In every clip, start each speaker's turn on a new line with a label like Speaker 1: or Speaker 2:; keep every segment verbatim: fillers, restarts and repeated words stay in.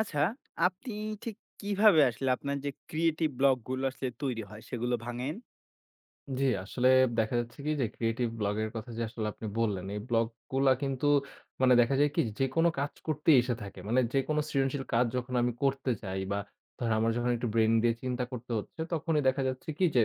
Speaker 1: আচ্ছা, আপনি ঠিক কিভাবে আসলে আপনার যে ক্রিয়েটিভ ব্লক গুলো আসলে তৈরি হয় সেগুলো ভাঙেন?
Speaker 2: জি, আসলে দেখা যাচ্ছে কি যে ক্রিয়েটিভ ব্লগের কথা যে আসলে আপনি বললেন, এই ব্লগগুলা কিন্তু মানে দেখা যায় কি যেকোনো কাজ করতেই এসে থাকে। মানে যেকোনো সৃজনশীল কাজ যখন আমি করতে চাই বা ধরেন আমার যখন একটু ব্রেইন দিয়ে চিন্তা করতে হচ্ছে, তখনই দেখা যাচ্ছে কি যে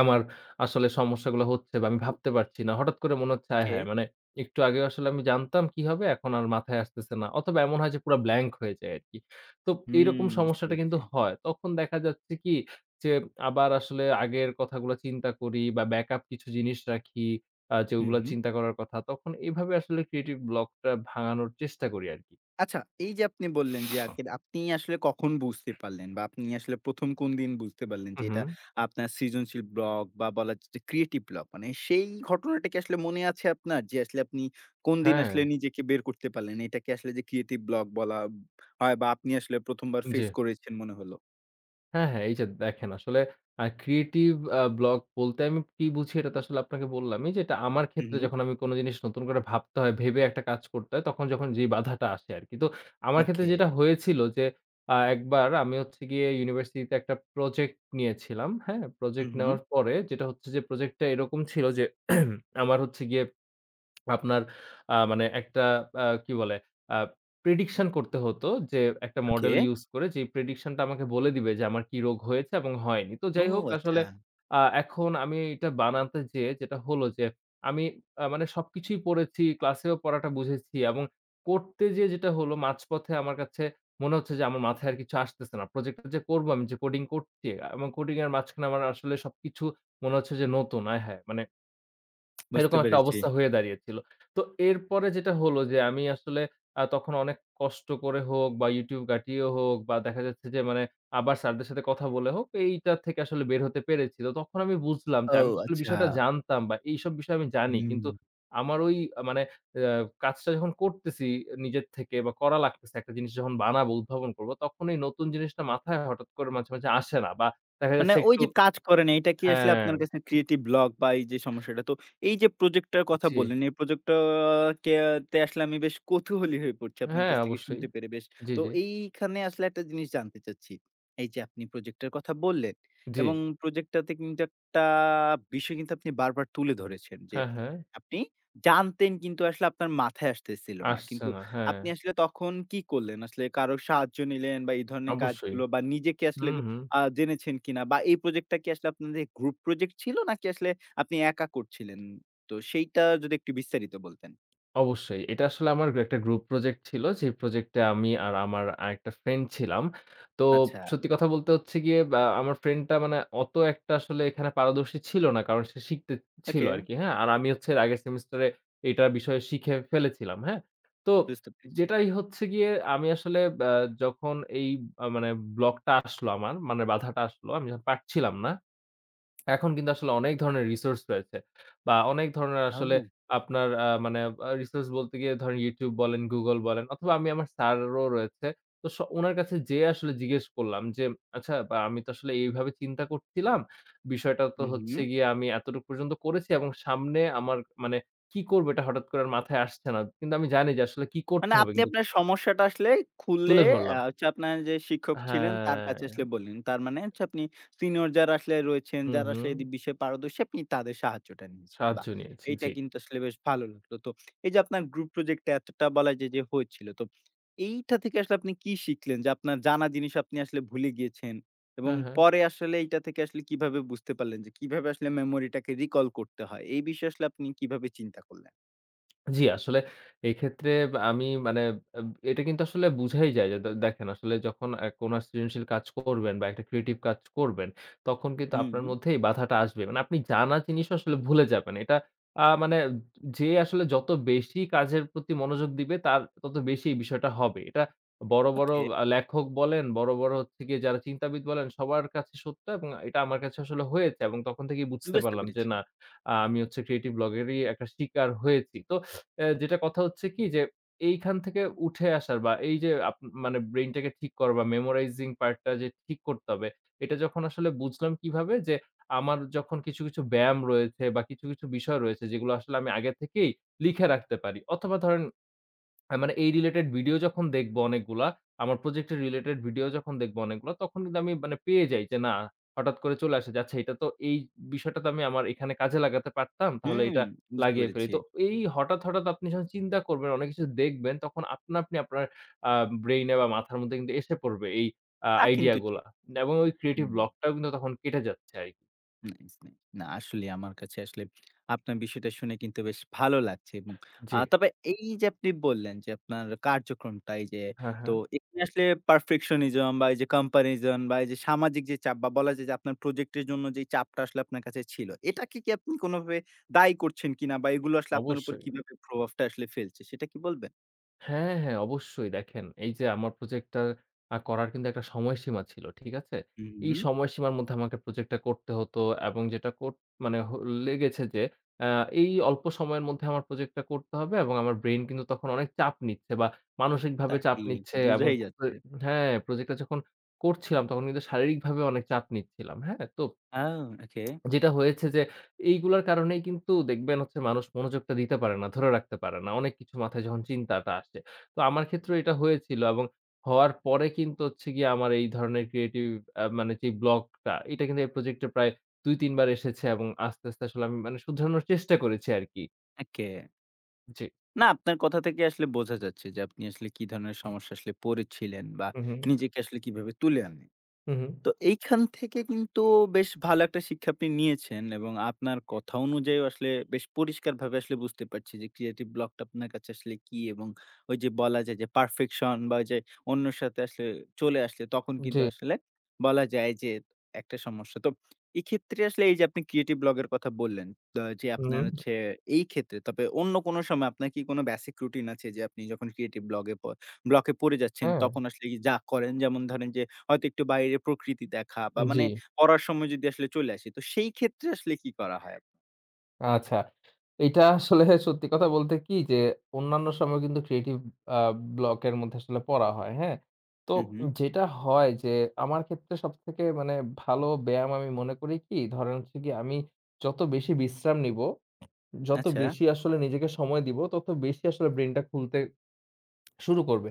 Speaker 2: আমার আসলে সমস্যাগুলো হচ্ছে বা আমি ভাবতে পারছি না। হঠাৎ করে মনে হচ্ছে, আয়
Speaker 1: ওকে।
Speaker 2: হায়! মানে একটু আগেও আসলে আমি জানতাম কি হবে, এখন আর মাথায় আসতেছে না। অথবা এমন হয় যে পুরা blank হয়ে যায় আরকি। তো
Speaker 1: হুম,
Speaker 2: এইরকম
Speaker 1: বুঝতে
Speaker 2: সমস্যাটা কিন্তু
Speaker 1: পারছি।
Speaker 2: হয়। তখন দেখা যাচ্ছে কি যে, আবার আসলে আগের কথাগুলো চিন্তা করি বা ব্যাকআপ কিছু জিনিস রাখি আ
Speaker 1: হুম,
Speaker 2: যেগুলো
Speaker 1: হুম।
Speaker 2: চিন্তা করার কথা। তখন এভাবে আসলে ক্রিয়েটিভ ব্লকটা ভাঙানোর চেষ্টা করি আরকি।
Speaker 1: আচ্ছা, এই যে আপনি বললেন যে আকের আপনি আসলে কখন বুঝতে পারলেন বা আপনি আসলে প্রথম কোন দিন বুঝতে পারলেন
Speaker 2: হু,
Speaker 1: যে
Speaker 2: হু।
Speaker 1: এটা আপনার সৃজনশীল ব্লক বা বলা যায় যে ক্রিয়েটিভ ব্লক মানে সেই ঘটনাটা কি আসলে মনে আছে আপনার? যে আসলে আপনি কোন দিন
Speaker 2: হ্যাঁ,
Speaker 1: আসলে নিজেকে বের করতে পারলেন? এটাকে আসলে যে ক্রিয়েটিভ ব্লক বলা হয় বা আপনি আসলে ১ম বার
Speaker 2: জি।
Speaker 1: ফেস করেছেন মনে হলো?
Speaker 2: হ্যাঁ, হ্যাঁ। এই যে দেখেন আসলে আ ক্রিয়েটিভ আ ব্লক বলতে আমি কি বুঝি এটা তো আসলে আপনাকে বললামই যে এটা আমার
Speaker 1: হুম,
Speaker 2: ক্ষেত্রে
Speaker 1: হুম।
Speaker 2: যখন আমি কোন জিনিস নতুন করে ভাবতে হয়, ভেবে একটা কাজ করতে হয় তখন যখন যেই বাধাটা আসে আরকি। তো আমার ক্ষেত্রে
Speaker 1: ওকে।
Speaker 2: যেটা হয়েছিল যে আ একবার আমি হচ্ছে গিয়ে ইউনিভার্সিটিতে একটা প্রজেক্ট নিয়েছিলাম। হ্যাঁ?
Speaker 1: হুম,
Speaker 2: প্রজেক্ট
Speaker 1: হুম।
Speaker 2: নেওয়ার পরে যেটা হচ্ছে যে প্রজেক্টটা এরকম ছিল যে আমার হচ্ছে গিয়ে আপনার আ মানে একটা আ কি বলে? আ প্রেডিকশন করতে হতো যে একটা
Speaker 1: ওকে।
Speaker 2: মডেল ইউজ করে যে প্রেডিকশনটা আমাকে বলে দিবে যে আমার কি রোগ হয়েছে এবং হয়নি। তো
Speaker 1: ও
Speaker 2: যাই হোক আসলে
Speaker 1: আচ্ছা।
Speaker 2: আ এখন আমি এটা বানাতে যেয়ে যেটা হলো যে আমি আ মানে সবকিছুই পড়েছি, ক্লাসেও পড়াটা বুঝেছি এবং করতে যেয়ে যেটা হলো মাঝপথে আমার কাছে মনে হচ্ছে যে আমার মাথায় আর কিছু আসতেছে না। প্রজেক্টটা যে করব আমি যে কোডিং করছি এবং কোডিং এর মাঝখানে আমার আসলে সবকিছু মনে হচ্ছে যে নতুন। আয় হায়! মানে
Speaker 1: বুঝতে
Speaker 2: এরকম একটা
Speaker 1: পেরেছি।
Speaker 2: অবস্থা হয়ে দাঁড়িয়েছিল। তো এরপরে যেটা হলো যে আমি আসলে আ তখন অনেক কষ্ট করে হোক বা YouTube ঘাঁটিয়ে হোক বা দেখা যাচ্ছে যে মানে আবার স্যারদের সাথে কথা বলে হোক এইটা থেকে আসলে বের হতে পেরেছি। তো তখন আমি বুঝলাম যে
Speaker 1: ও
Speaker 2: আমি তো আসলে
Speaker 1: আচ্ছা।
Speaker 2: বিষয়টা জানতাম বা এইসব বিষয় আমি জানি।
Speaker 1: হুম।
Speaker 2: কিন্তু আমার ওই আহ, মানে আ কাজটা যখন করতেছি নিজের থেকে বা করা লাগতেছে একটা জিনিস যখন বানাবো, উদ্ভাবন করবো তখন এই নতুন জিনিসটা মাথায় হঠাৎ করে মাঝে, মাঝে আসে না বা দেখা
Speaker 1: মানে
Speaker 2: যাচ্ছে
Speaker 1: ওই
Speaker 2: একটু
Speaker 1: যে কাজ করে না, এটা কি আসলে
Speaker 2: হ্যাঁ,
Speaker 1: আপনার কাছে ক্রিয়েটিভ ব্লক বা এই যে সমস্যাটা, তো এই যে প্রজেক্টটার কথা
Speaker 2: জি।
Speaker 1: বললেন, এই প্রজেক্টটা কে তে আসলে আমি বেশ কৌতূহলী হয়ে পড়ছি আপনার
Speaker 2: হ্যাঁ,
Speaker 1: কাছ থেকে
Speaker 2: অবশ্যই।
Speaker 1: শুনতে পেরে বেশ।
Speaker 2: জি,
Speaker 1: তো
Speaker 2: জি,
Speaker 1: এইখানে আসলে একটা জিনিস জানতে চাচ্ছি। এই যে আপনি প্রজেক্টের কথা বললেন
Speaker 2: জি।
Speaker 1: এবং প্রজেক্টটাতে কিন্তু একটা বিষয় কিন্তু আপনি বারবার তুলে ধরেছেন যে,
Speaker 2: হ্যাঁ, হ্যাঁ।
Speaker 1: আপনি জানতেন কিন্তু আসলে আপনার মাথায় আসতেছিল না।
Speaker 2: আসছে
Speaker 1: কিন্তু
Speaker 2: না। হ্যাঁ,
Speaker 1: আপনি আসলে তখন কি করলেন? আসলে কারো সাহায্য নিলেন বা এই ধরনের
Speaker 2: অবশ্যই।
Speaker 1: কাজগুলো বা নিজেকে আসলে
Speaker 2: হুম, হুম।
Speaker 1: আ জেনেছেন কিনা? বা এই প্রজেক্টটা কি আসলে আপনাদের গ্রুপ প্রজেক্ট ছিল নাকি আসলে আপনি একা করছিলেন? তো সেইটা যদি একটু বিস্তারিত বলতেন।
Speaker 2: অবশ্যই। এটা আসলে আমার একটা গ্রুপ প্রজেক্ট ছিল। যে প্রজেক্টে আমি আর আমার আরেকটা ফ্রেন্ড ছিলাম। তো
Speaker 1: আচ্ছা,
Speaker 2: সত্যি কথা বলতে হচ্ছে গিয়ে বা আমার ফ্রেন্ডটা মানে অত একটা আসলে এখানে পারদর্শী ছিল না। কারণ সে শিখতে ছিল
Speaker 1: ওকে
Speaker 2: আরকি। হ্যাঁ? আর আমি হচ্ছে এর আগের সেমিস্টারে এটা বিষয়ে শিখে ফেলেছিলাম। হ্যাঁ? তো
Speaker 1: বুঝতে পেরেছি।
Speaker 2: যেটাই হচ্ছে গিয়ে আমি আসলে ব্যা যখন এই আ মানে ব্লকটা আসলো আমার, মানে বাধাটা আসলো, আমি যখন পারছিলাম না। এখন কিন্তু আসলে অনেক ধরনের রিসোর্স রয়েছে। বা অনেক ধরনের আসলে
Speaker 1: ও!
Speaker 2: আপনার আ মানে আ রিসোর্স বলতে গিয়ে ধরেন YouTube বলেন, Google বলেন অথবা আমি আমার স্যারও রয়েছে। তো স উনার কাছে যেয়ে আসলে জিজ্ঞেস করলাম যে, "আচ্ছা বা আমি তো আসলে এইভাবে চিন্তা করছিলাম। বিষয়টা তো
Speaker 1: হু,
Speaker 2: হচ্ছে
Speaker 1: হু।
Speaker 2: গিয়ে আমি এতটুকু পর্যন্ত করেছি এবং সামনে আমার মানে কি করব এটা হঠাৎ করে আর মাথায় আসছে না। কিন্তু আমি জানি যে আসলে কি করতে
Speaker 1: মানে
Speaker 2: হবে"
Speaker 1: আপনি
Speaker 2: কিন্তু
Speaker 1: আপনার সমস্যাটা আসলে
Speaker 2: তুলে
Speaker 1: খুলে আ
Speaker 2: ধরলাম।
Speaker 1: হচ্ছে আপনার যে শিক্ষক ছিলেন তার কাছে
Speaker 2: হ্যাঁ,
Speaker 1: আসলে বললেন। তার মানে হচ্ছে আপনি সিনিয়র যারা আসলে রয়েছেন,
Speaker 2: হু,
Speaker 1: যারা
Speaker 2: হু।
Speaker 1: আসলে এই বিষয়ে পারদর্শী আপনি তাদের সাহায্যটা নিয়েছেন।
Speaker 2: সাহায্য
Speaker 1: বাহ!
Speaker 2: নিয়েছি।
Speaker 1: এইটা
Speaker 2: জি।
Speaker 1: কিন্তু আসলে বেশ ভালো লাগলো। তো এই যে আপনার গ্রুপ প্রজেক্ট টা এতটা বলা যায় যে হয়েছিল। তো এইটা থেকে আসলে আপনি কি শিখলেন যে আপনার জানা জিনিস আপনি আসলে ভুলে গিয়েছেন এবং
Speaker 2: হ্যাঁ, হ্যাঁ।
Speaker 1: পরে আসলে এইটা থেকে আসলে কিভাবে বুঝতে পারলেন যে কিভাবে আসলে মেমোরিটাকে রিকল করতে হয়? এই বিষয়ে আসলে আপনি কিভাবে চিন্তা করলেন?
Speaker 2: জি, আসলে এক্ষেত্রে আমি মানে আব এটা কিন্তু আসলে বুঝাই যায় যে, দে দেখেন আসলে যখন আ কোনো সৃজনশীল কাজ করবেন বা একটা ক্রিয়েটিভ কাজ করবেন, তখন কিন্তু আপনার
Speaker 1: হুম,
Speaker 2: মধ্যে এই বাধাটা আসবে। মানে আপনি জানা জিনিসও আসলে ভুলে যাবেন। এটা আ মানে যে আসলে যত বেশি কাজের প্রতি মনোযোগ দিবে, তার তত বেশি এই বিষয়টা হবে। এটা বড়, বড়
Speaker 1: ওকে
Speaker 2: আ লেখক বলেন, বড়, বড় হচ্ছে গিয়ে যারা চিন্তাবিদ বলেন, সবার কাছে সত্য এবং এটা আমার কাছে আসলে হয়েছে এবং তখন থেকেই বুঝতে
Speaker 1: বুঝতে
Speaker 2: পারলাম যে,
Speaker 1: পেরেছি।
Speaker 2: না আ আমি হচ্ছে ক্রিয়েটিভ ব্লগেরই একটা শিকার হয়েছি। তো অ্যা যেটা কথা হচ্ছে কি যে এইখান থেকে উঠে আসার বা এই যে আপ মানে ব্রেইনটাকে ঠিক করা বা মেমোরাইজিং পার্টটা যে ঠিক করতে হবে, এটা যখন আসলে বুঝলাম কিভাবে যে আমার যখন কিছু, কিছু ব্যায়াম রয়েছে বা কিছু, কিছু বিষয় রয়েছে যেগুলো আসলে আমি আগে থেকেই লিখে রাখতে পারি। অথবা ধরেন হ্যাঁ, মানে এই রিলেটেড ভিডিও যখন দেখবো অনেকগুলা, আমার প্রজেক্ট এর রিলেটেড ভিডিও যখন দেখবো অনেকগুলা, তখন কিন্তু আমি মানে পেয়ে যাই যে না, হঠাৎ করে চলে আসে যে আচ্ছা এটা তো এই বিষয়টা তো আমি আমার এখানে কাজে লাগাতে পারতাম। তাহলে
Speaker 1: হুম,
Speaker 2: এটা
Speaker 1: বুঝতে
Speaker 2: লাগিয়ে ফেলি।
Speaker 1: পেরেছি।
Speaker 2: তো এই হঠাৎ, হঠাৎ আপনি যখন চিন্তা করবেন, অনেক কিছু দেখবেন তখন আপনা আপনি আপনার আ ব্রেইন এ বা মাথার মধ্যে কিন্তু এসে পড়বে এই আ
Speaker 1: তা
Speaker 2: আইডিয়া
Speaker 1: কিন্তু
Speaker 2: গুলা
Speaker 1: ঠিক।
Speaker 2: এবং ওই ক্রিয়েটিভ
Speaker 1: হুম,
Speaker 2: ব্লক টাও কিন্তু তখন কেটে যাচ্ছে আরকি।
Speaker 1: Nice, nice. না আসলে আমার কাছে আসলে আপনার বিষয়টা শুনে কিন্তু বেশ ভালো লাগছে এবং আ
Speaker 2: জি।
Speaker 1: তবে এই যে আপনি বললেন যে আপনার কার্যক্রমটা এই যে
Speaker 2: হ্যাঁ,
Speaker 1: তো
Speaker 2: হ্যাঁ।
Speaker 1: এখানে আসলে perfectionism বা এই যে comparison বা এই যে সামাজিক যে চাপ বা বলা যায় যে আপনার প্রজেক্টের জন্য যে চাপটা আসলে আপনার কাছে ছিল, এটাকে কি কি আপনি কোনভাবে দায়ী করছেন কিনা বা এগুলো আসলে আপনার উপর
Speaker 2: অবশ্যই।
Speaker 1: কিভাবে প্রভাবটা আসলে ফেলছে সেটা কি বলবেন?
Speaker 2: হ্যাঁ, হ্যাঁ, অবশ্যই। দেখেন এই যে আমার প্রজেক্টটা আ করার কিন্তু একটা সময়সীমা ছিল। ঠিক আছে?
Speaker 1: হুম,
Speaker 2: এই সময়সীমার মধ্যে আমাকে প্রজেক্টটা করতে হতো এবং যেটা কোট মানে হ লেগেছে যে আ এই অল্প সময়ের মধ্যে আমার প্রজেক্টটা করতে হবে এবং আমার ব্রেইন কিন্তু তখন অনেক চাপ নিচ্ছে বা
Speaker 1: তা
Speaker 2: মানসিকভাবে চাপ
Speaker 1: ঠিক
Speaker 2: নিচ্ছে এবং
Speaker 1: বুঝাই
Speaker 2: খুব-
Speaker 1: যাচ্ছে।
Speaker 2: হ্যাঁ, প্রজেক্টটা যখন করছিলাম তখন কিন্তু শারীরিকভাবে অনেক চাপ নিচ্ছিলাম। হ্যাঁ? তো
Speaker 1: আ ওকে,
Speaker 2: যেটা হয়েছে যে এইগুলার কারণেই কিন্তু দেখবেন হচ্ছে মানুষ মনোযোগটা দিতে পারে না, ধরে রাখতে পারে না। অনেক কিছু মাথায় যখন চিন্তাটা আসে। তো আমার ক্ষেত্রেও এটা হয়েছিল এবং হওয়ার পরে কিন্তু হচ্ছে গিয়ে আমার এই ধরনের ক্রিয়েটিভ আ মানে যে ব্লকটা এটা কিন্তু এই প্রজেক্টে প্রায় দুই তিন বার এসেছে এবং আস্তে, আস্তে আসলে আমি মানে শুধরানোর চেষ্টা করেছি আরকি।
Speaker 1: ওকে।
Speaker 2: জি।
Speaker 1: না, আপনার কথা থেকে আসলে বোঝা যাচ্ছে যে আপনি আসলে কি ধরনের সমস্যা আসলে পড়েছিলেন বা
Speaker 2: হু, হু,
Speaker 1: নিজেকে আসলে কিভাবে তুলে আনেন।
Speaker 2: হু, হু।
Speaker 1: তো এইখান থেকে কিন্তু বেশ ভালো একটা শিক্ষা আপনি নিয়েছেন এবং আপনার কথা অনুযায়ী আসলে বেশ পরিষ্কারভাবে আসলে বুঝতে পারছি যে ক্রিয়েটিভ ব্লকটা আপনার কাছে আসলে কি এবং ওই যে বলা যায় যে পারফেকশন বা ওই যে অন্যের সাথে আসলে চলে আসলে তখন
Speaker 2: জি।
Speaker 1: কিন্তু আসলে বলা যায় যে একটা সমস্যা তো এক্ষেত্রে আসলে এই যে আপনি ক্রিয়েটিভ ব্লগের কথা বললেন আহ, যে
Speaker 2: হু,
Speaker 1: আপনার
Speaker 2: হু।
Speaker 1: হচ্ছে এই ক্ষেত্রে তবে অন্য কোনো সময় আপনার কি কোনো বেসিক রুটিন আছে যে আপনি যখন ক্রিয়েটিভ ব্লগে ব্লকে পড়ে যাচ্ছেন
Speaker 2: হ্যাঁ।
Speaker 1: তখন আসলে কি যা করেন যেমন ধরেন যে হয়তো একটু বাইরে প্রকৃতি দেখা বা
Speaker 2: জি।
Speaker 1: মানে পড়ার সময় যদি আসলে চলে আসি, তো সেই ক্ষেত্রে আসলে কি করা হয়?
Speaker 2: আচ্ছা। এইটা আসলে সত্যি কথা বলতে কি যে, অন্যান্য সময় কিন্তু ক্রিয়েটিভ আ ব্লক এর মধ্যে আসলে পড়া হয়, হ্যাঁ? তো
Speaker 1: হু, হু।
Speaker 2: যেটা হয় যে, আমার ক্ষেত্রে সবথেকে মানে ভালো ব্যায়াম আমি মনে করি কি, ধরেন হচ্ছে গিয়ে আমি যত বেশি বিশ্রাম নিবো, যত
Speaker 1: আচ্ছা।
Speaker 2: বেশি আসলে নিজেকে সময় দিব, তত বেশি আসলে ব্রেইনটা খুলতে শুরু করবে।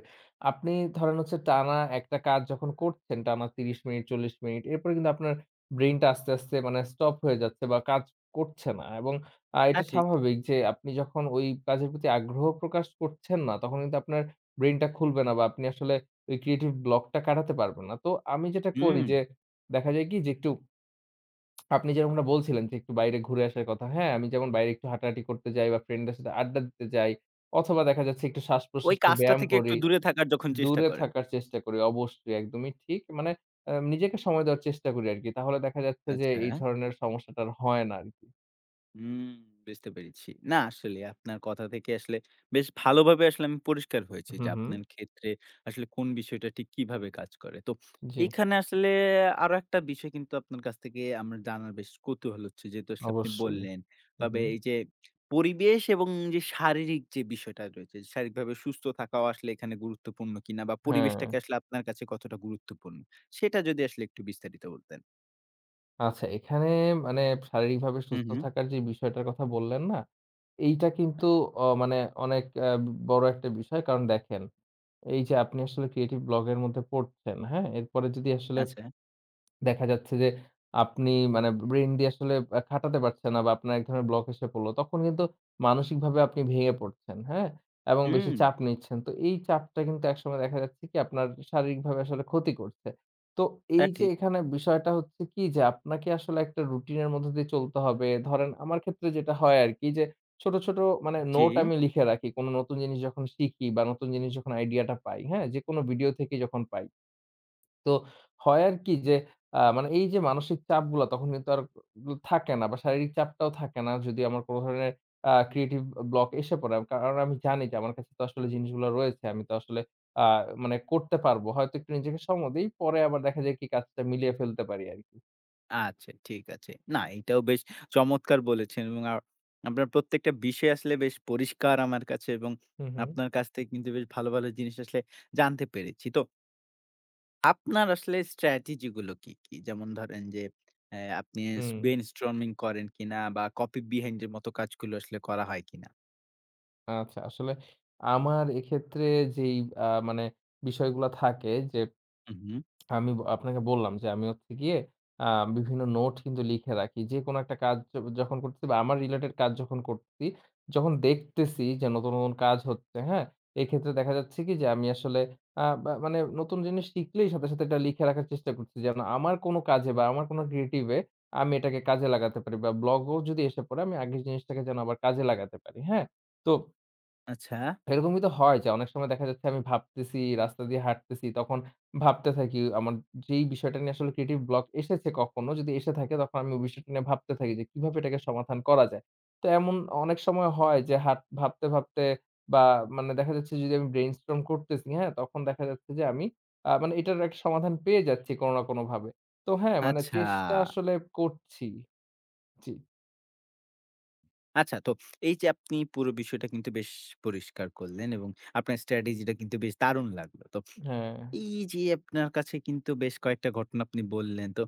Speaker 2: আপনি ধরেন হচ্ছে টানা একটা কাজ যখন করছেন, টানা ত্রিশ মিনিট, চল্লিশ মিনিট, এরপরে কিন্তু আপনার ব্রেইনটা আস্তে, আস্তে মানে স্টপ হয়ে যাচ্ছে বা কাজ করছে না এবং আ
Speaker 1: তা
Speaker 2: এটা
Speaker 1: ঠিক।
Speaker 2: স্বাভাবিক যে আপনি যখন ওই কাজের প্রতি আগ্রহ প্রকাশ করছেন না, তখন কিন্তু আপনার ব্রেইনটা খুলবে না বা আপনি আসলে ওই ক্রিয়েটিভ ব্লকটা কাটাতে পারবেন না। তো আমি যেটা করি
Speaker 1: হুম।
Speaker 2: যে, দেখা যায় কি যে একটু আপনি যেরকমটা বলছিলেন যে একটু বাইরে ঘুরে আসার কথা। হ্যাঁ, আমি যেমন বাইরে একটু হাঁটাহাঁটি করতে যাই বা ফ্রেন্ডদের সাথে আড্ডা দিতে যাই অথবা দেখা যাচ্ছে একটু
Speaker 1: ওই
Speaker 2: শ্বাস-প্রশ্বাসের
Speaker 1: কাজটা
Speaker 2: ব্যায়াম
Speaker 1: থেকে একটু
Speaker 2: করি।
Speaker 1: দূরে থাকার যখন চেষ্টা
Speaker 2: দূরে
Speaker 1: করেন।
Speaker 2: থাকার চেষ্টা করি। অবশ্যই একদমই ঠিক। মানে আ নিজেকে সময় দেওয়ার চেষ্টা করি আরকি। তাহলে দেখা যাচ্ছে যে
Speaker 1: আচ্ছা।
Speaker 2: এই ধরনের সমস্যাটা আর হয় না আরকি।
Speaker 1: হুম, বুঝতে পেরেছি। না আসলে আপনার কথা থেকে আসলে বেশ ভালোভাবে আসলে আমি পরিষ্কার হয়েছি
Speaker 2: হুম,
Speaker 1: যে
Speaker 2: হুম।
Speaker 1: আপনার ক্ষেত্রে আসলে কোন বিষয়টা ঠিক কিভাবে কাজ করে। তো
Speaker 2: জি,
Speaker 1: এখানে আসলে আরো একটা বিষয় কিন্তু আপনার কাছ থেকে আমার জানার বেশ কৌতূহল হচ্ছে। যেহেতু আসলে আপনি
Speaker 2: অবশ্যই।
Speaker 1: বললেন,
Speaker 2: হুম,
Speaker 1: তবে
Speaker 2: হুম।
Speaker 1: এই যে পরিবেশ এবং যে শারীরিক যে বিষয়টা রয়েছে, শারীরিকভাবে সুস্থ থাকাও আসলে এখানে গুরুত্বপূর্ণ কিনা বা
Speaker 2: হ্যাঁ।
Speaker 1: পরিবেশটাকে আসলে আপনার কাছে কতটা গুরুত্বপূর্ণ? সেটা যদি আসলে একটু বিস্তারিত বলতেন।
Speaker 2: আচ্ছা এখানে মানে শারীরিকভাবে
Speaker 1: হুম,
Speaker 2: সুস্থ
Speaker 1: হুম।
Speaker 2: থাকার যে বিষয়টার কথা বললেন না? এইটা কিন্তু অ মানে অনেক আ বড় একটা বিষয়। কারণ দেখেন এই যে আপনি আসলে ক্রিয়েটিভ ব্লগ এর মধ্যে পড়ছেন, হ্যাঁ? এরপরে যদি আসলে
Speaker 1: আচ্ছা।
Speaker 2: দেখা যাচ্ছে যে আপনি মানে ব্রেইন দিয়ে আসলে আ খাটাতে পারছেন না বা আপনার এক ধরনের ব্লক এসে পড়ল। তখন কিন্তু মানসিকভাবে আপনি ভেঙে পড়ছেন, হ্যাঁ? এবং বেশি
Speaker 1: হুম,
Speaker 2: চাপ নিচ্ছেন। তো এই চাপটা কিন্তু একসময় দেখা যাচ্ছে কি আপনার শারীরিকভাবে আসলে ক্ষতি করছে। তো
Speaker 1: তা
Speaker 2: এই যে
Speaker 1: ঠিক।
Speaker 2: এখানে বিষয়টা হচ্ছে কি যে আপনাকে আসলে একটা রুটিনের মধ্য দিয়ে চলতে হবে। ধরেন আমার ক্ষেত্রে যেটা হয় আরকি যে ছোট, ছোট মানে
Speaker 1: জি।
Speaker 2: নোট আমি লিখে রাখি। কোন নতুন জিনিস যখন শিখি বা নতুন জিনিস যখন আইডিয়াটা পাই, হ্যাঁ? যেকোনো ভিডিও থেকে যখন পাই। তো হয় আর কি যে আ মানে এই যে মানসিক চাপগুলা তখন কিন্তু আর থাকে না বা শারীরিক চাপটাও থাকে না যদি আমার কোন ধরনের আ ক্রিয়েটিভ ব্লক এসে পড়ে। আম- কারণ আমি জানি যে আমার কাছে তো আসলে জিনিসগুলো রয়েছে। আমি তো আসলে আ মানে করতে পারবো। হয়তো একটু নিজেকে সময় দেই। পরে আবার দেখা যায় কি কাজটা মিলিয়ে ফেলতে পারি আরকি।
Speaker 1: আচ্ছা, ঠিক আছে। না, এটাও বেশ চমৎকার বলেছেন এবং আ আপনার প্রত্যেকটা বিষয় আসলে বেশ পরিষ্কার আমার কাছে এবং
Speaker 2: হুম, হুম।
Speaker 1: আপনার কাছ থেকে কিন্তু বেশ ভালো, ভালো জিনিস আসলে জানতে পেরেছি। তো আপনার আসলে স্ট্র্যাটেজি গুলো কি, কি? যেমন ধরেন যে, অ্যা আপনি স
Speaker 2: হুম,
Speaker 1: ব্রেইনস্টর্মিং করেন কিনা বা কপি বিহাইন্ড এর মতো কাজগুলো আসলে করা হয় কিনা?
Speaker 2: আচ্ছা আসলে আমার এক্ষেত্রে যেই আ মানে বিষয়গুলা থাকে যে
Speaker 1: হু, হু।
Speaker 2: আমি ব আপনাকে বললাম যে আমি হচ্ছে গিয়ে আ বিভিন্ন নোট কিন্তু লিখে রাখি। যেকোনো একটা কাজ য যখন করতেছি বা আমার রিলেটেড কাজ যখন করতেছি, যখন দেখতেছি যে নতুন, নতুন কাজ হচ্ছে, হ্যাঁ? এক্ষেত্রে দেখা যাচ্ছে কি যে আমি আসলে আ বা মানে নতুন জিনিস শিখলেই সাথে, সাথে এটা লিখে রাখার চেষ্টা করছি যেন আমার কোনো কাজে বা আমার কোনো creative এ আমি এটাকে কাজে লাগাতে পারি বা ব্লগও যদি এসে পড়ে আমি আগের জিনিসটাকে যেন আবার কাজে লাগাতে পারি, হ্যাঁ? তো
Speaker 1: আচ্ছা,
Speaker 2: এরকমই তো হয় যে অনেক সময় দেখা যাচ্ছে আমি ভাবতেছি, রাস্তা দিয়ে হাঁটতেছি, তখন ভাবতে থাকি আমার যেই বিষয়টা নিয়ে আসলে ক্রিয়েটিভ ব্লক এসেছে কখনো, যদি এসে থাকে তখন আমি ওই বিষয়টা নিয়ে ভাবতে থাকি যে কিভাবে এটাকে সমাধান করা যায়। তো এমন অনেক সময় হয় যে হাট ভাবতে, ভাবতে বা মানে দেখা যাচ্ছে যদি আমি ব্রেইনস্টর্ম করতেছি, হ্যাঁ? তখন দেখা যাচ্ছে যে আমি আ মানে এটার একটা সমাধান পেয়ে যাচ্ছি কোনো না কোনোভাবে। তো হ্যাঁ, মানে
Speaker 1: আচ্ছা,
Speaker 2: চেষ্টা আসলে করছি। জি।
Speaker 1: আচ্ছা। তো এই যে আপনি পুরো বিষয়টা কিন্তু বেশ পরিষ্কার করলেন এবং আপনার স্ট্র্যাটেজিটা কিন্তু বেশ দারুণ লাগলো। তো
Speaker 2: হ্যাঁ।
Speaker 1: এই যে আপনার কাছে কিন্তু বেশ কয়েকটা ঘটনা আপনি বললেন। তো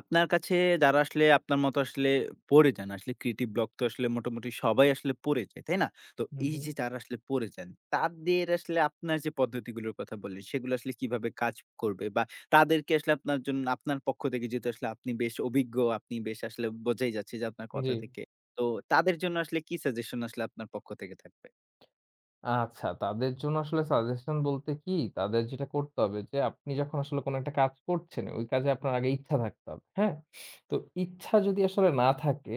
Speaker 1: আপনার কাছে যারা আসলে আপনার মতো আসলে পড়ে যান, আসলে ক্রিয়েটিভ ব্লক তো আসলে মোটামুটি সবাই আসলে পড়ে যায়, তাই না? তো
Speaker 2: হু,
Speaker 1: এই
Speaker 2: হু।
Speaker 1: যে যারা আসলে পড়ে যান, তাদের আসলে আপনার যে পদ্ধতিগুলোর কথা বললেন, সেগুলো আসলে কিভাবে কাজ করবে? বা তাদেরকে আসলে আপনার জন্য আপনার পক্ষ থেকে যেহেতু আসলে আপনি বেশ অভিজ্ঞ, আপনি বেশ আসলে বোঝাই যাচ্ছে যে আপনার কথা
Speaker 2: জি।
Speaker 1: থেকে। তো তাদের জন্য আসলে কি সাজেশন আসলে আপনার পক্ষ থেকে থাকবে?
Speaker 2: আচ্ছা, তাদের জন্য আসলে সাজেশন বলতে কি, তাদের যেটা করতে হবে যে আপনি যখন আসলে কোনো একটা কাজ করছেন, ওই কাজে আপনার আগে ইচ্ছা থাকতে হবে, হ্যাঁ? তো ইচ্ছা যদি আসলে না থাকে,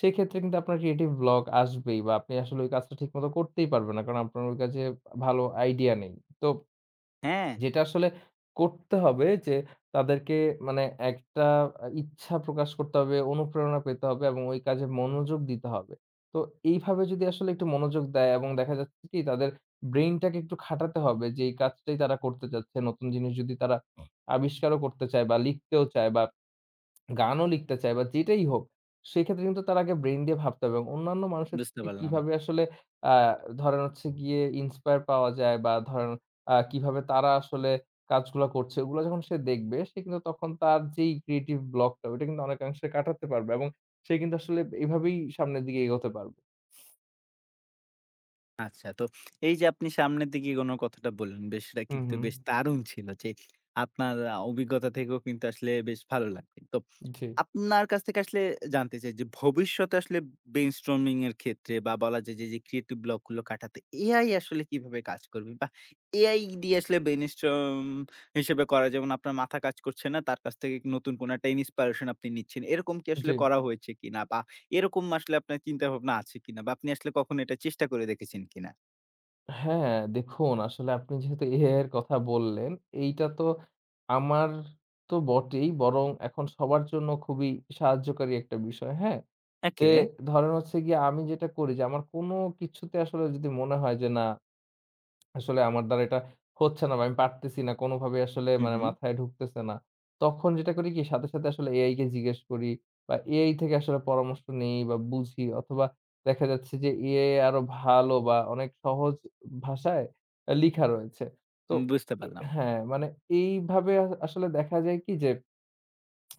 Speaker 2: সেক্ষেত্রে কিন্তু আপনার ক্রিয়েটিভ ব্লক আসবেই বা আপনি আসলে ওই কাজটা ঠিকমতো করতেই পারবেন না। কারণ আপনার ওই কাজে ভালো আইডিয়া নেই। তো
Speaker 1: হ্যাঁ।
Speaker 2: যেটা আসলে করতে হবে যে তাদেরকে মানে একটা আ ইচ্ছা প্রকাশ করতে হবে, অনুপ্রেরণা পেতে হবে এবং ওই কাজে মনোযোগ দিতে হবে। তো এইভাবে যদি আসলে একটু মনোযোগ দেয় এবং দেখা যাচ্ছে কি তাদের ব্রেইনটাকে একটু খাটাতে হবে যে এই কাজটাই তারা করতে চাচ্ছে। নতুন জিনিস যদি তারা আবিষ্কারও করতে চায় বা লিখতেও চায় বা গানও লিখতে চায় বা যেটাই হোক, সেক্ষেত্রে কিন্তু তার আগে ব্রেইন দিয়ে ভাবতে হবে এবং অন্যান্য মানুষের
Speaker 1: বুঝতে
Speaker 2: থেকে
Speaker 1: পারলাম।
Speaker 2: কিভাবে আসলে আ ধরেন হচ্ছে গিয়ে ইন্সপায়ার পাওয়া যায় বা ধরেন আ কিভাবে তারা আসলে কাজগুলা করছে, ওগুলা যখন সে দেখবে, সে কিন্তু তখন তার যেই ক্রিয়েটিভ ব্লকটা, ওইটা কিন্তু অনেকাংশে কাটাতে পারবে এবং সে কিন্তু আসলে এভাবেই সামনের দিকে এগোতে পারবে।
Speaker 1: আচ্ছা, তো এই যে আপনি সামনের দিকে এগোনোর কথাটা বললেন, বেশ এটা
Speaker 2: হুম,
Speaker 1: কিন্তু
Speaker 2: হুম।
Speaker 1: বেশ দারুণ ছিল যে আপনার আ অভিজ্ঞতা থেকেও কিন্তু আসলে বেশ ভালো লাগবে। তো
Speaker 2: জি।
Speaker 1: আপনার কাছ থেকে আসলে জানতে চাই যে ভবিষ্যতে আসলে ব্রেইনস্টর্মিং এর ক্ষেত্রে বা বলা যায় যে, যে ক্রিয়েটিভ ব্লক গুলো কাটাতে এআই আসলে কিভাবে কাজ করবে? বা এআই দিয়ে আসলে ব্রেইনস্টর্ম হিসেবে করা যেমন আপনার মাথা কাজ করছে না, তার কাছ থেকে নতুন কোনো একটা ইন্সপিরেশন আপনি নিচ্ছেন। এরকম কি
Speaker 2: জি।
Speaker 1: আসলে করা হয়েছে কিনা? বা এরকম আসলে আপনার চিন্তাভাবনা আছে কিনা? বা আপনি আসলে কখনো এটা চেষ্টা করে দেখেছেন কিনা?
Speaker 2: হ্যাঁ, দেখুন আসলে আপনি যেহেতু এআই এর কথা বললেন, এইটা তো আমার তো বটেই বরং এখন সবার জন্য খুবই সাহায্যকারী একটা বিষয়, হ্যাঁ? যে
Speaker 1: ওকে।
Speaker 2: ধরেন হচ্ছে গিয়ে আমি যেটা করি যে আমার কোনো কিছুতে আসলে যদি মনে হয় যে না আসলে আমার দ্বারা এটা হচ্ছে না বা আমি পারতেছি না কোনোভাবে আসলে
Speaker 1: হু,
Speaker 2: মানে
Speaker 1: হু।
Speaker 2: মাথায় ঢুকতেছে না। তখন যেটা করি কি সাথে, সাথে আসলে এ আই কে জিজ্ঞেস করি বা এ আই থেকে আসলে পরামর্শ নেই বা বুঝি অথবা দেখা যাচ্ছে যে এ আই আরো ভালো বা অনেক সহজ ভাষায় লিখা রয়েছে। তো
Speaker 1: বুঝতে
Speaker 2: এ
Speaker 1: পারলাম।
Speaker 2: হ্যাঁ, মানে এইভাবে আ- আসলে দেখা যায় কি যে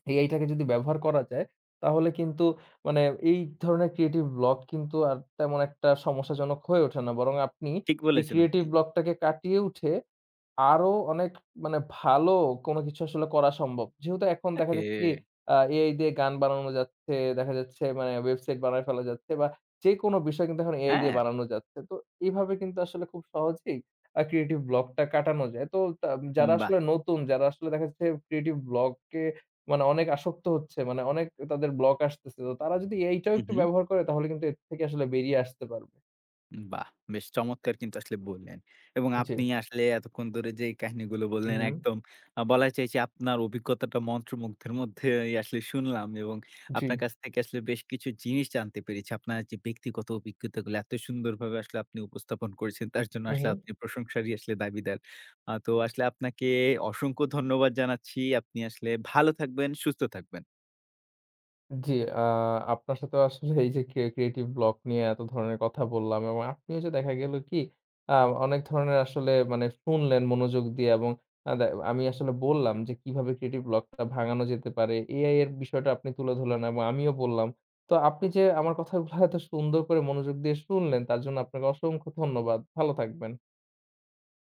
Speaker 2: এই এইটাকে যদি ব্যবহার করা যায়, তাহলে কিন্তু মানে এই ধরনের ক্রিয়েটিভ ব্লক কিন্তু আর তেমন একটা সমস্যাজনক হয়ে ওঠে না। বরং আপনি
Speaker 1: ঠিক
Speaker 2: এই
Speaker 1: বলেছেন
Speaker 2: ক্রিয়েটিভ
Speaker 1: আপনি।
Speaker 2: ব্লকটাকে কাটিয়ে উঠে আরো অনেক মানে ভালো কোনো কিছু আসলে করা সম্ভব। যেহেতু এখন দেখা
Speaker 1: ওকে।
Speaker 2: যাচ্ছে কি আ এ আই দিয়ে গান বানানো যাচ্ছে, দেখা যাচ্ছে মানে ওয়েবসাইট বানায় ফেলা যাচ্ছে বা যেকোনো বিষয় কিন্তু এখন এ আই দিয়ে
Speaker 1: হ্যাঁ,
Speaker 2: বানানো যাচ্ছে। তো এভাবে কিন্তু আসলে খুব সহজেই আ ক্রিয়েটিভ ব্লকটা কাটানো যায়। তো তা যারা
Speaker 1: বাহ!
Speaker 2: আসলে নতুন, যারা আসলে দেখা যাচ্ছে ক্রিয়েটিভ ব্লকে মানে অনেক আসক্ত হচ্ছে, মানে অনেক তাদের ব্লক আসতেছে। তো তারা যদি এইটাও
Speaker 1: হু,
Speaker 2: একটু
Speaker 1: হু।
Speaker 2: ব্যবহার করে তাহলে কিন্তু এর থেকে আসলে বেরিয়ে আসতে পারবে।
Speaker 1: বাহ! বেশ চমৎকার কিন্তু আসলে বললেন। এবং
Speaker 2: জি।
Speaker 1: আপনি আসলে এতক্ষণ ধরে যে কাহিনীগুলো
Speaker 2: হু,
Speaker 1: বললেন
Speaker 2: হু।
Speaker 1: একদম আ বলা যায় যে আপনার অভিজ্ঞতাটা মন্ত্রমুগ্ধের মধ্যেই আসলে শুনলাম এবং
Speaker 2: জি।
Speaker 1: আপনার কাছ থেকে আসলে বেশ কিছু জিনিস জানতে পেরেছি। আপনার যে ব্যক্তিগত অভিজ্ঞতাগুলো এত সুন্দরভাবে আসলে আপনি উপস্থাপন করেছেন তার জন্য
Speaker 2: হু,
Speaker 1: আসলে
Speaker 2: হু।
Speaker 1: আপনি প্রশংসারই আসলে দাবিদার। আ তো আসলে আপনাকে অসংখ্য ধন্যবাদ জানাচ্ছি। আপনি আসলে ভালো থাকবেন, সুস্থ থাকবেন।
Speaker 2: জি, আ আপনার সাথেও আসলে এই যে ক্রিয়ে ক্রিয়েটিভ ব্লক নিয়ে এত ধরনের কথা বললাম এবং আপনিও যে দেখা গেল কি আ অনেক ধরনের আসলে মানে শুনলেন মনোযোগ দিয়ে এবং আ দে আমি আসলে বললাম যে কিভাবে ক্রিয়েটিভ ব্লকটা ভাঙানো যেতে পারে। এআই এর বিষয়টা আপনি তুলে ধরলেন এবং আমিও বললাম। তো আপনি যে আমার কথাগুলো এত সুন্দর করে মনোযোগ দিয়ে শুনলেন তার জন্য আপনাকে অসংখ্য ধন্যবাদ। ভালো থাকবেন।